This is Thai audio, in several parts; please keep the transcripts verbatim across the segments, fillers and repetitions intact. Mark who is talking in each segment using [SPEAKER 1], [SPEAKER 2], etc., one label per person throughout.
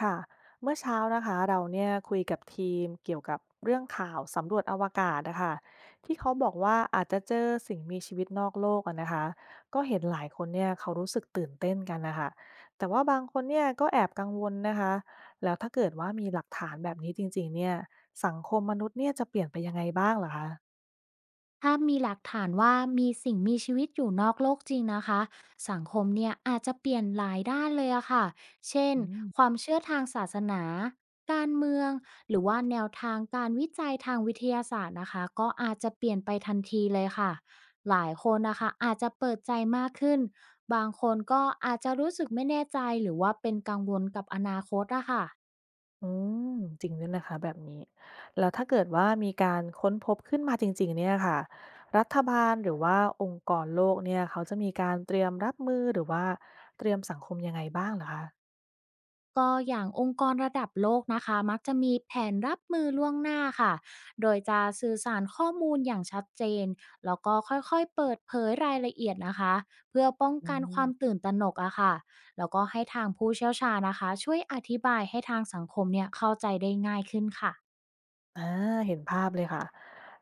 [SPEAKER 1] ค่ะเมื่อเช้านะคะเราเนี่ยคุยกับทีมเกี่ยวกับเรื่องข่าวสำรวจอวกาศนะคะที่เขาบอกว่าอาจจะเจอสิ่งมีชีวิตนอกโลกอะนะคะก็เห็นหลายคนเนี่ยเขารู้สึกตื่นเต้นกันนะคะแต่ว่าบางคนเนี่ยก็แอบกังวลนะคะแล้วถ้าเกิดว่ามีหลักฐานแบบนี้จริงๆเนี่ยสังคมมนุษย์เนี่ยจะเปลี่ยนไปยังไงบ้างเหรอคะ
[SPEAKER 2] ถ้ามีหลักฐานว่ามีสิ่งมีชีวิตอยู่นอกโลกจริงนะคะสังคมเนี่ยอาจจะเปลี่ยนหลายด้านเลยอะค่ะเช่น
[SPEAKER 1] อืม
[SPEAKER 2] ความเชื่อทางศาสนาการเมืองหรือว่าแนวทางการวิจัยทางวิทยาศาสตร์นะคะก็อาจจะเปลี่ยนไปทันทีเลยค่ะหลายคนนะคะอาจจะเปิดใจมากขึ้นบางคนก็อาจจะรู้สึกไม่แน่ใจหรือว่าเป็นกังวลกับอนาคตอะค่ะ
[SPEAKER 1] อืมจริงด้วยนะคะแบบนี้แล้วถ้าเกิดว่ามีการค้นพบขึ้นมาจริงๆเนี่ยค่ะรัฐบาลหรือว่าองค์กรโลกเนี่ยเขาจะมีการเตรียมรับมือหรือว่าเตรียมสังคมยังไงบ้างเหรอคะ
[SPEAKER 2] ก็อย่างองค์กรระดับโลกนะคะมักจะมีแผนรับมือล่วงหน้าค่ะโดยจะสื่อสารข้อมูลอย่างชัดเจนแล้วก็ค่อยๆเปิดเผยรายละเอียดนะคะเพื่อป้อง
[SPEAKER 1] อื
[SPEAKER 2] กันควา
[SPEAKER 1] ม
[SPEAKER 2] มตื่นตระหนกอะค่ะแล้วก็ให้ทางผู้เชี่ยวชาญนะคะช่วยอธิบายให้ทางสังคมเนี่ยเข้าใจได้ง่ายขึ้นค่ะ
[SPEAKER 1] อาเห็นภาพเลยค่ะ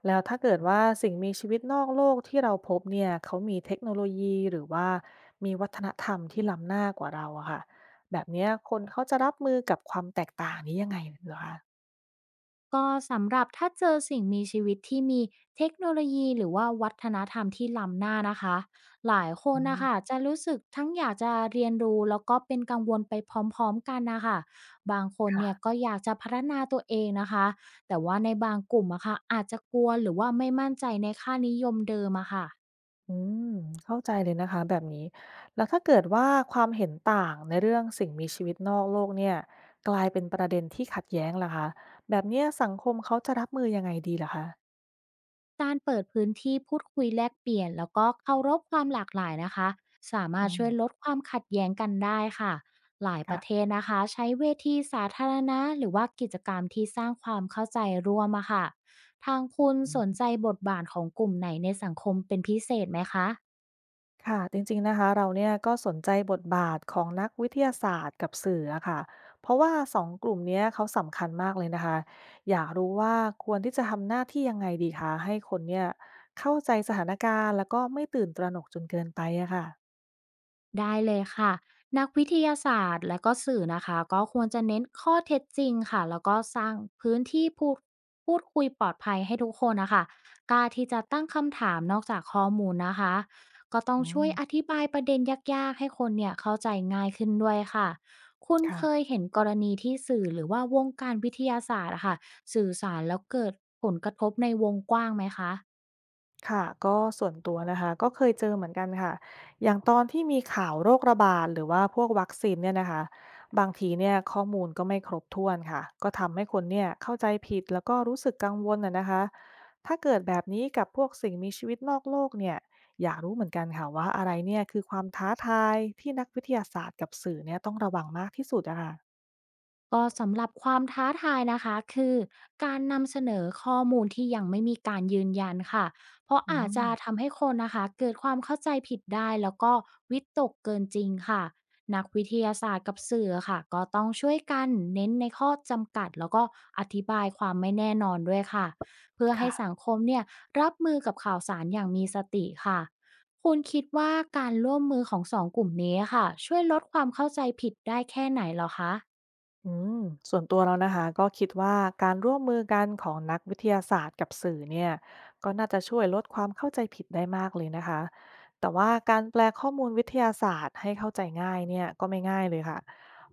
[SPEAKER 1] แล้วถ้าเกิดว่าสิ่งมีชีวิตนอกโลกที่เราพบเนี่ยเขามีเทคโนโลยีหรือว่ามีวัฒนธรรมที่ล้ำหน้ากว่าเราอะค่ะแบบเนี้ยคนเขาจะรับมือกับความแตกต่างนี้ยังไงเหรอคะ
[SPEAKER 2] ก็สำหรับถ้าเจอสิ่งมีชีวิตที่มีเทคโนโลยีหรือว่าวัฒนธรรมที่ล้ำหน้านะคะหลายค
[SPEAKER 1] อื
[SPEAKER 2] นนะ
[SPEAKER 1] ม
[SPEAKER 2] คะจะรู้สึกทั้งอยากจะเรียนรู้แล้วก็เป็นกังวลไปพร้อมๆกันนะคะบางคน
[SPEAKER 1] ค่ะ
[SPEAKER 2] เนี่ยก็อยากจะพัฒนาตัวเองนะคะแต่ว่าในบางกลุ่มอะค่ะอาจจะกลัวหรือว่าไม่มั่นใจในค่านิยมเดิมอะค่ะ
[SPEAKER 1] อืมเข้าใจเลยนะคะแบบนี้แล้วถ้าเกิดว่าความเห็นต่างในเรื่องสิ่งมีชีวิตนอกโลกเนี่ยกลายเป็นประเด็นที่ขัดแย้งล่ะคะแบบเนี้ยสังคมเขาจะรับมือยังไงดีล่ะคะ
[SPEAKER 2] การเปิดพื้นที่พูดคุยแลกเปลี่ยนแล้วก็เคารพความหลากหลายนะคะสามา
[SPEAKER 1] อื
[SPEAKER 2] รถช่วยลด
[SPEAKER 1] ม
[SPEAKER 2] ความขัดแย้งกันได้ค่ะหลายประเท
[SPEAKER 1] ค่ะ
[SPEAKER 2] ศนะคะใช้เวทีสาธารณะหรือว่ากิจกรรมที่สร้างความเข้าใจร่วมอะค่ะทางคุณสนใจบทบาทของกลุ่มไหนในสังคมเป็นพิเศษไหมคะ
[SPEAKER 1] ค่ะจริงๆนะคะเราเนี่ยก็สนใจบทบาทของนักวิทยาศาสตร์กับสื่ออะค่ะเพราะว่าสองกลุ่มเนี้ยเขาสำคัญมากเลยนะคะอยากรู้ว่าควรที่จะทำหน้าที่ยังไงดีคะให้คนเนี่ยเข้าใจสถานการณ์แล้วก็ไม่ตื่นตระหนกจนเกินไปอะค่ะ
[SPEAKER 2] ได้เลยค่ะนักวิทยาศาสตร์และก็สื่อนะคะก็ควรจะเน้นข้อเท็จจริงค่ะแล้วก็สร้างพื้นที่พูดพูดคุยปลอดภัยให้ทุกคนนะคะกล้าที่จะตั้งคำถามนอกจากข้อมูลนะคะก็ต้อง
[SPEAKER 1] อื
[SPEAKER 2] ช่วยอ
[SPEAKER 1] ม
[SPEAKER 2] ธิบายประเด็นยากๆให้คนเนี่ยเข้าใจง่ายขึ้นด้วยค่ะคุณเคย
[SPEAKER 1] ค่ะ
[SPEAKER 2] เห็นกรณีที่สื่อหรือว่าวงการวิทยาศาสตร์อะค่ะสื่อสารแล้วเกิดผลกระทบในวงกว้างไหมคะ
[SPEAKER 1] ค่ะก็ส่วนตัวนะคะก็เคยเจอเหมือนกันค่ะอย่างตอนที่มีข่าวโรคระบาดหรือว่าพวกวัคซีนเนี่ยนะคะบางทีเนี่ยข้อมูลก็ไม่ครบถ้วนค่ะก็ทำให้คนเนี่ยเข้าใจผิดแล้วก็รู้สึกกังวลน่ะนะคะถ้าเกิดแบบนี้กับพวกสิ่งมีชีวิตนอกโลกเนี่ยอยากรู้เหมือนกันค่ะว่าอะไรเนี่ยคือความท้าทายที่นักวิทยาศาสตร์กับสื่อเนี่ยต้องระวังมากที่สุดอะค่ะ
[SPEAKER 2] ก็สำหรับความท้าทายนะคะคือการนำเสนอข้อมูลที่ยังไม่มีการยืนยันค่ะเพราะ
[SPEAKER 1] อื
[SPEAKER 2] อาจ
[SPEAKER 1] ม
[SPEAKER 2] จะทำให้คนนะคะเกิดความเข้าใจผิดได้แล้วก็วิตกเกินจริงค่ะนักวิทยาศาสตร์กับสื่อค่ะก็ต้องช่วยกันเน้นในข้อจำกัดแล้วก็อธิบายความไม่แน่นอนด้วยค่ะเพื่อให้สัง
[SPEAKER 1] ค่ะ
[SPEAKER 2] คมเนี่ยรับมือกับข่าวสารอย่างมีสติค่ะคุณคิดว่าการร่วมมือของสองกลุ่มนี้ค่ะช่วยลดความเข้าใจผิดได้แค่ไหนเหรอคะ
[SPEAKER 1] อืมส่วนตัวเรานะคะก็คิดว่าการร่วมมือกันของนักวิทยาศาสตร์กับสื่อเนี่ยก็น่าจะช่วยลดความเข้าใจผิดได้มากเลยนะคะแต่ว่าการแปลข้อมูลวิทยาศาสตร์ให้เข้าใจง่ายเนี่ยก็ไม่ง่ายเลยค่ะ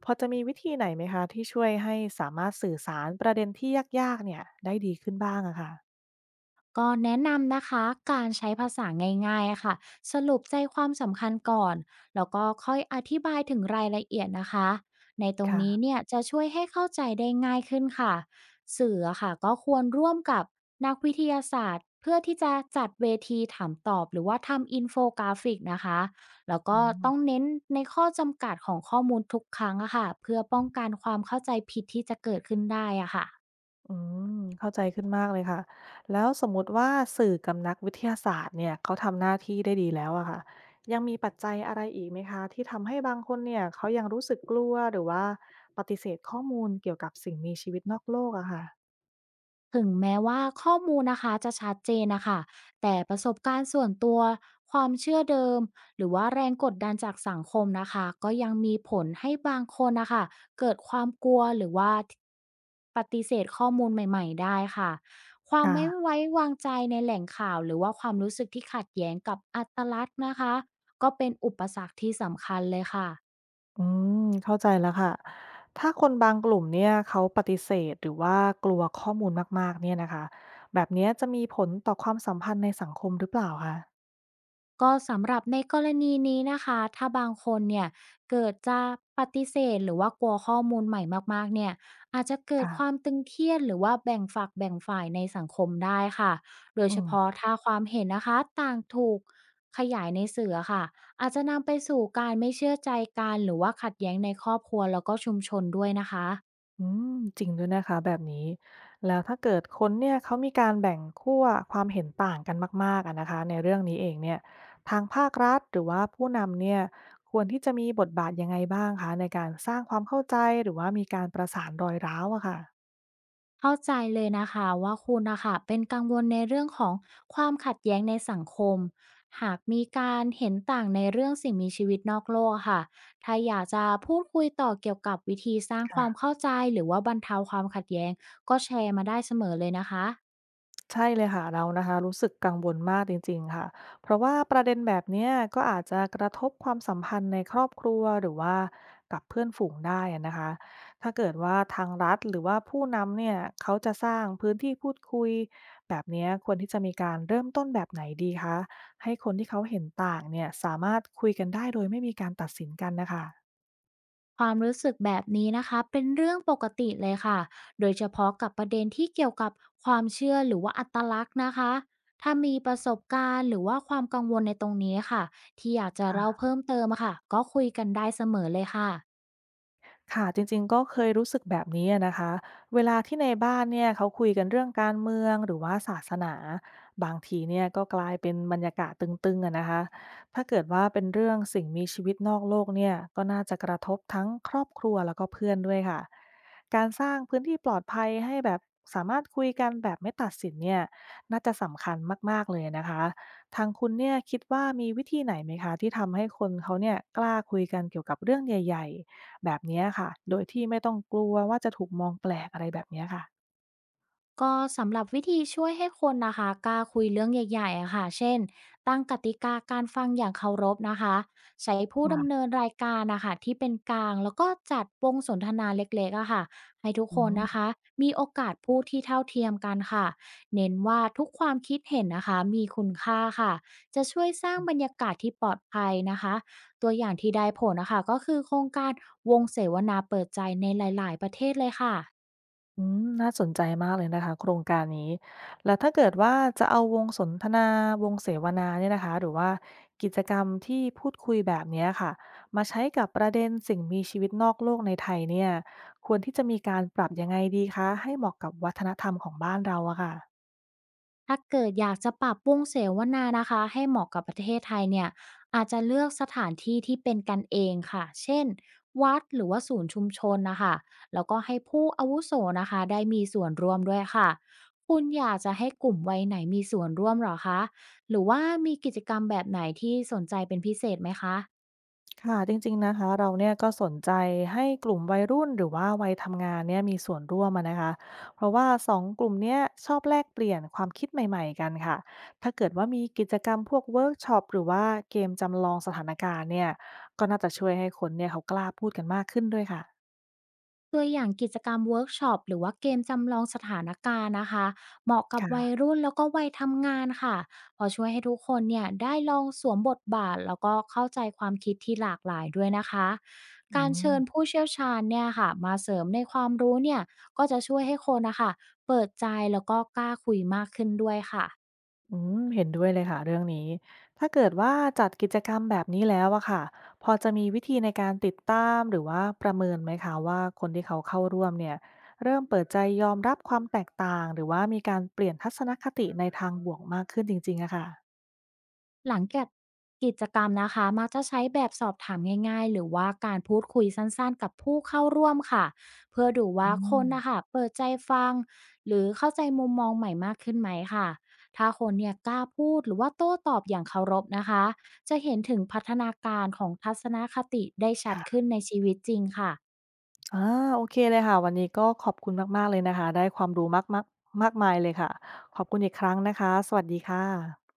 [SPEAKER 1] พอจะมีวิธีไหนไหมคะที่ช่วยให้สามารถสื่อสารประเด็นที่ยากๆเนี่ยได้ดีขึ้นบ้างอะค่ะ
[SPEAKER 2] ก็แนะนำนะคะการใช้ภาษาง่ายๆค่ะสรุปใจความสำคัญก่อนแล้วก็ค่อยอธิบายถึงรายละเอียดนะคะในตรง
[SPEAKER 1] ค่ะ
[SPEAKER 2] นี้เนี่ยจะช่วยให้เข้าใจได้ง่ายขึ้นค่ะสื่ออะค่ะก็ควรร่วมกับนักวิทยาศาสตร์เพื่อที่จะจัดเวทีถามตอบหรือว่าทำอินโฟกราฟิกนะคะแล้ว
[SPEAKER 1] อื
[SPEAKER 2] ก็ต้
[SPEAKER 1] ม
[SPEAKER 2] องเน้นในข้อจำกัดของข้อมูลทุกครั้งอะค่ะเพื่อป้องกันความเข้าใจผิดที่จะเกิดขึ้นได้อะค่ะ
[SPEAKER 1] อืมเข้าใจขึ้นมากเลยค่ะแล้วสมมติว่าสื่อกับนักวิทยาศาสตร์เนี่ยเขาทำหน้าที่ได้ดีแล้วอะค่ะยังมีปัจจัยอะไรอีกไหมคะที่ทำให้บางคนเนี่ยเขายังรู้สึกกลัวหรือว่าปฏิเสธข้อมูลเกี่ยวกับสิ่งมีชีวิตนอกโลกอะค่ะ
[SPEAKER 2] ถึงแม้ว่าข้อมูลนะคะจะชัดเจนนะคะ แต่ประสบการณ์ส่วนตัวความเชื่อเดิมหรือว่าแรงกดดันจากสังคมนะคะก็ยังมีผลให้บางคนนะคะเกิดความกลัวหรือว่าปฏิเสธข้อมูลใหม่ๆได้ค่ะความ
[SPEAKER 1] ค่ะ
[SPEAKER 2] ไม่ไว้วางใจในแหล่งข่าวหรือว่าความรู้สึกที่ขัดแย้งกับอัตลักษณ์นะคะก็เป็นอุปสรรคที่สำคัญเลยค่ะ
[SPEAKER 1] อืมเข้าใจแล้วค่ะถ้าคนบางกลุ่มเนี่ยเขาปฏิเสธหรือว่ากลัวข้อมูลมากๆเนี่ยนะคะแบบเนี้ยจะมีผลต่อความสัมพันธ์ในสังคมหรือเปล่าคะ
[SPEAKER 2] ก็สำหรับในกรณีนี้นะคะถ้าบางคนเนี่ยเกิดจะปฏิเสธหรือว่ากลัวข้อมูลใหม่มากๆเนี่ยอาจจะเกิด
[SPEAKER 1] ค่ะ
[SPEAKER 2] ความตึงเครียดหรือว่าแบ่งฝักแบ่งฝ่ายในสังคมได้ค่ะโดย
[SPEAKER 1] อื
[SPEAKER 2] เฉพาะ
[SPEAKER 1] ม
[SPEAKER 2] ถ้าความเห็นนะคะต่างถูกขยายในสื่ออค่ะอาจจะนำไปสู่การไม่เชื่อใจกันหรือว่าขัดแย้งในครอบครัวแล้วก็ชุมชนด้วยนะคะ
[SPEAKER 1] อืมจริงด้วยนะคะแบบนี้แล้วถ้าเกิดคนเนี่ยเขามีการแบ่งขั้วความเห็นต่างกันมากๆอะนะคะในเรื่องนี้เองเนี่ยทางภาครัฐหรือว่าผู้นำเนี่ยควรที่จะมีบทบาทยังไงบ้างคะในการสร้างความเข้าใจหรือว่ามีการประสานรอยร้าวอะค่ะ
[SPEAKER 2] เข้าใจเลยนะคะว่าคุณนะคะเป็นกังวลในเรื่องของความขัดแย้งในสังคมหากมีการเห็นต่างในเรื่องสิ่งมีชีวิตนอกโลกอะค่ะถ้าอยากจะพูดคุยต่อเกี่ยวกับวิธีสร้างความ
[SPEAKER 1] ค่ะ
[SPEAKER 2] เข้าใจหรือว่าบรรเทาความขัดแย้งก็แชร์มาได้เสมอเลยนะคะ
[SPEAKER 1] ใช่เลยค่ะเรานะคะรู้สึกกังวลมากจริงๆค่ะเพราะว่าประเด็นแบบเนี้ยก็อาจจะกระทบความสัมพันธ์ในครอบครัวหรือว่ากับเพื่อนฝูงได้อะนะคะถ้าเกิดว่าทางรัฐหรือว่าผู้นำเนี่ยเขาจะสร้างพื้นที่พูดคุยแบบเนี้ยควรที่จะมีการเริ่มต้นแบบไหนดีคะให้คนที่เขาเห็นต่างเนี่ยสามารถคุยกันได้โดยไม่มีการตัดสินกันนะค
[SPEAKER 2] ความรู้สึกแบบนี้นะคะเป็นเรื่องปกติเลยค่ะโดยเฉพาะกับประเด็นที่เกี่ยวกับความเชื่อหรือว่าอัตลักษณ์นะคะถ้ามีประสบการณ์หรือว่าความกังวลในตรงนี้ค่ะที่อยากจะเล่า
[SPEAKER 1] ะ
[SPEAKER 2] เพิ่มเติมอะค่ะก็คุยกันได้เสมอเลยค่ะ
[SPEAKER 1] ค่ะจริงๆก็เคยรู้สึกแบบนี้อะนะคะเวลาที่ในบ้านเนี่ยเขาคุยกันเรื่องการเมืองหรือว่าศาสนาบางทีเนี่ยก็กลายเป็นบรรยากาศตึงๆอะนะคะถ้าเกิดว่าเป็นเรื่องสิ่งมีชีวิตนอกโลกเนี่ยก็น่าจะกระทบทั้งครอบครัวแล้วก็เพื่อนด้วยค่ะการสร้างพื้นที่ปลอดภัยให้แบบสามารถคุยกันแบบไม่ตัดสินเนี่ยน่าจะสำคัญมากๆเลยนะคะทางคุณเนี่ยคิดว่ามีวิธีไหนไหมคะที่ทำให้คนเขาเนี่ยกล้าคุยกันเกี่ยวกับเรื่องใหญ่ๆ แบบเนี้ยค่ะ โดยที่ไม่ต้องกลัวว่าจะถูกมองแปลกอะไรแบบเนี้ยค่ะ
[SPEAKER 2] ก็สำหรับวิธีช่วยให้คนนะคะกล้าคุยเรื่องใหญ่ๆอะค่ะเช่นตั้งกติกาการฟังอย่างเคารพนะคะใช้ผู้
[SPEAKER 1] ว่า
[SPEAKER 2] ดำเนินรายการนะคะที่เป็นกลางแล้วก็จัดวงสนทนาเล็กๆอะค่ะให้ทุก
[SPEAKER 1] อื
[SPEAKER 2] คนนะ
[SPEAKER 1] ม
[SPEAKER 2] คะมีโอกาสพูดที่เท่าเทียมกันค่ะเน้นว่าทุกความคิดเห็นนะคะมีคุณค่าค่ะจะช่วยสร้างบรรยากาศที่ปลอดภัยนะคะตัวอย่างที่ได้ผลนะคะก็คือโครงการวงเสวนาเปิดใจในหลายๆประเทศเลยค่ะ
[SPEAKER 1] อืมน่าสนใจมากเลยนะคะโครงการนี้ แล้วถ้าเกิดว่าจะเอาวงสนทนาวงเสวนาเนี่ยนะคะหรือว่ากิจกรรมที่พูดคุยแบบเนี้ยค่ะ มาใช้กับประเด็นสิ่งมีชีวิตนอกโลกในไทยเนี่ยควรที่จะมีการปรับยังไงดีคะให้เหมาะกับวัฒนธรรมของบ้านเราอะค่ะ
[SPEAKER 2] ถ้าเกิดอยากจะปรับปรุงเสวนานะคะให้เหมาะกับประเทศไทยเนี่ยอาจจะเลือกสถานที่ที่เป็นกันเองค่ะเช่นวัดหรือว่าศูนย์ชุมชนนะคะแล้วก็ให้ผู้อาวุโสนะคะได้มีส่วนร่วมด้วยค่ะคุณอยากจะให้กลุ่มวัยไหนมีส่วนร่วมเหรอคะหรือว่ามีกิจกรรมแบบไหนที่สนใจเป็นพิเศษไหมคะ
[SPEAKER 1] ค่ะจริงๆนะคะเราเนี่ยก็สนใจให้กลุ่มวัยรุ่นหรือว่าวัยทำงานเนี่ยมีส่วนร่วมอะนะคะเพราะว่าสองกลุ่มเนี้ยชอบแลกเปลี่ยนความคิดใหม่ๆกันค่ะถ้าเกิดว่ามีกิจกรรมพวกเวิร์กช็อปหรือว่าเกมจำลองสถานการณ์เนี่ยก็น่าจะช่วยให้คนเนี่ยเขากล้าพูดกันมากขึ้นด้วยค่ะ
[SPEAKER 2] ตัวอย่างกิจกรรมเวิร์กช็อปหรือว่าเกมจำลองสถานการณ์นะคะเหมาะกับวัย
[SPEAKER 1] ค่ะ
[SPEAKER 2] รุ่นแล้วก็วัยทำงานค่ะเพอช่วยให้ทุกคนเนี่ยได้ลองสวมบทบาทแล้วก็เข้าใจความคิดที่หลากหลายด้วยนะคะ
[SPEAKER 1] อื
[SPEAKER 2] การ
[SPEAKER 1] ม
[SPEAKER 2] เชิญผู้เชี่ยวชาญเนี่ยค่ะมาเสริมในความรู้เนี่ยก็จะช่วยให้คนนะคะเปิดใจแล้วก็กล้าคุยมากขึ้นด้วยค่ะ
[SPEAKER 1] อืมเห็นด้วยเลยค่ะเรื่องนี้ถ้าเกิดว่าจัดกิจกรรมแบบนี้แล้วอะค่ะพอจะมีวิธีในการติดตามหรือว่าประเมินไหมคะว่าคนที่เขาเข้าร่วมเนี่ยเริ่มเปิดใจยอมรับความแตกต่างหรือว่ามีการเปลี่ยนทัศนคติในทางบวกมากขึ้นจริงๆอะค่ะ
[SPEAKER 2] หลังจากกิจกรรมนะคะมักจะใช้แบบสอบถามง่ายๆหรือว่าการพูดคุยสั้นๆกับผู้เข้าร่วมค่ะเพื่อดูว่า
[SPEAKER 1] อื
[SPEAKER 2] ค
[SPEAKER 1] ม
[SPEAKER 2] นนะคะเปิดใจฟังหรือเข้าใจมุมมองใหม่มากขึ้นไหมค่ะถ้าคนเนี่ยกล้าพูดหรือว่าโต้ตอบอย่างเคารพนะคะจะเห็นถึงพัฒนาการของทัศนคติได้ชัดขึ้
[SPEAKER 1] ค่ะ
[SPEAKER 2] นในชีวิตจริงค่ะ
[SPEAKER 1] อ่าโอเคเลยค่ะวันนี้ก็ขอบคุณมากๆเลยนะคะได้ความรู้มากๆมากมายเลยค่ะขอบคุณอีกครั้งนะคะสวัสดีค่ะ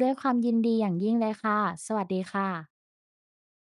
[SPEAKER 2] ด้วยความยินดีอย่างยิ่งเลยค่ะสวัสดีค่ะ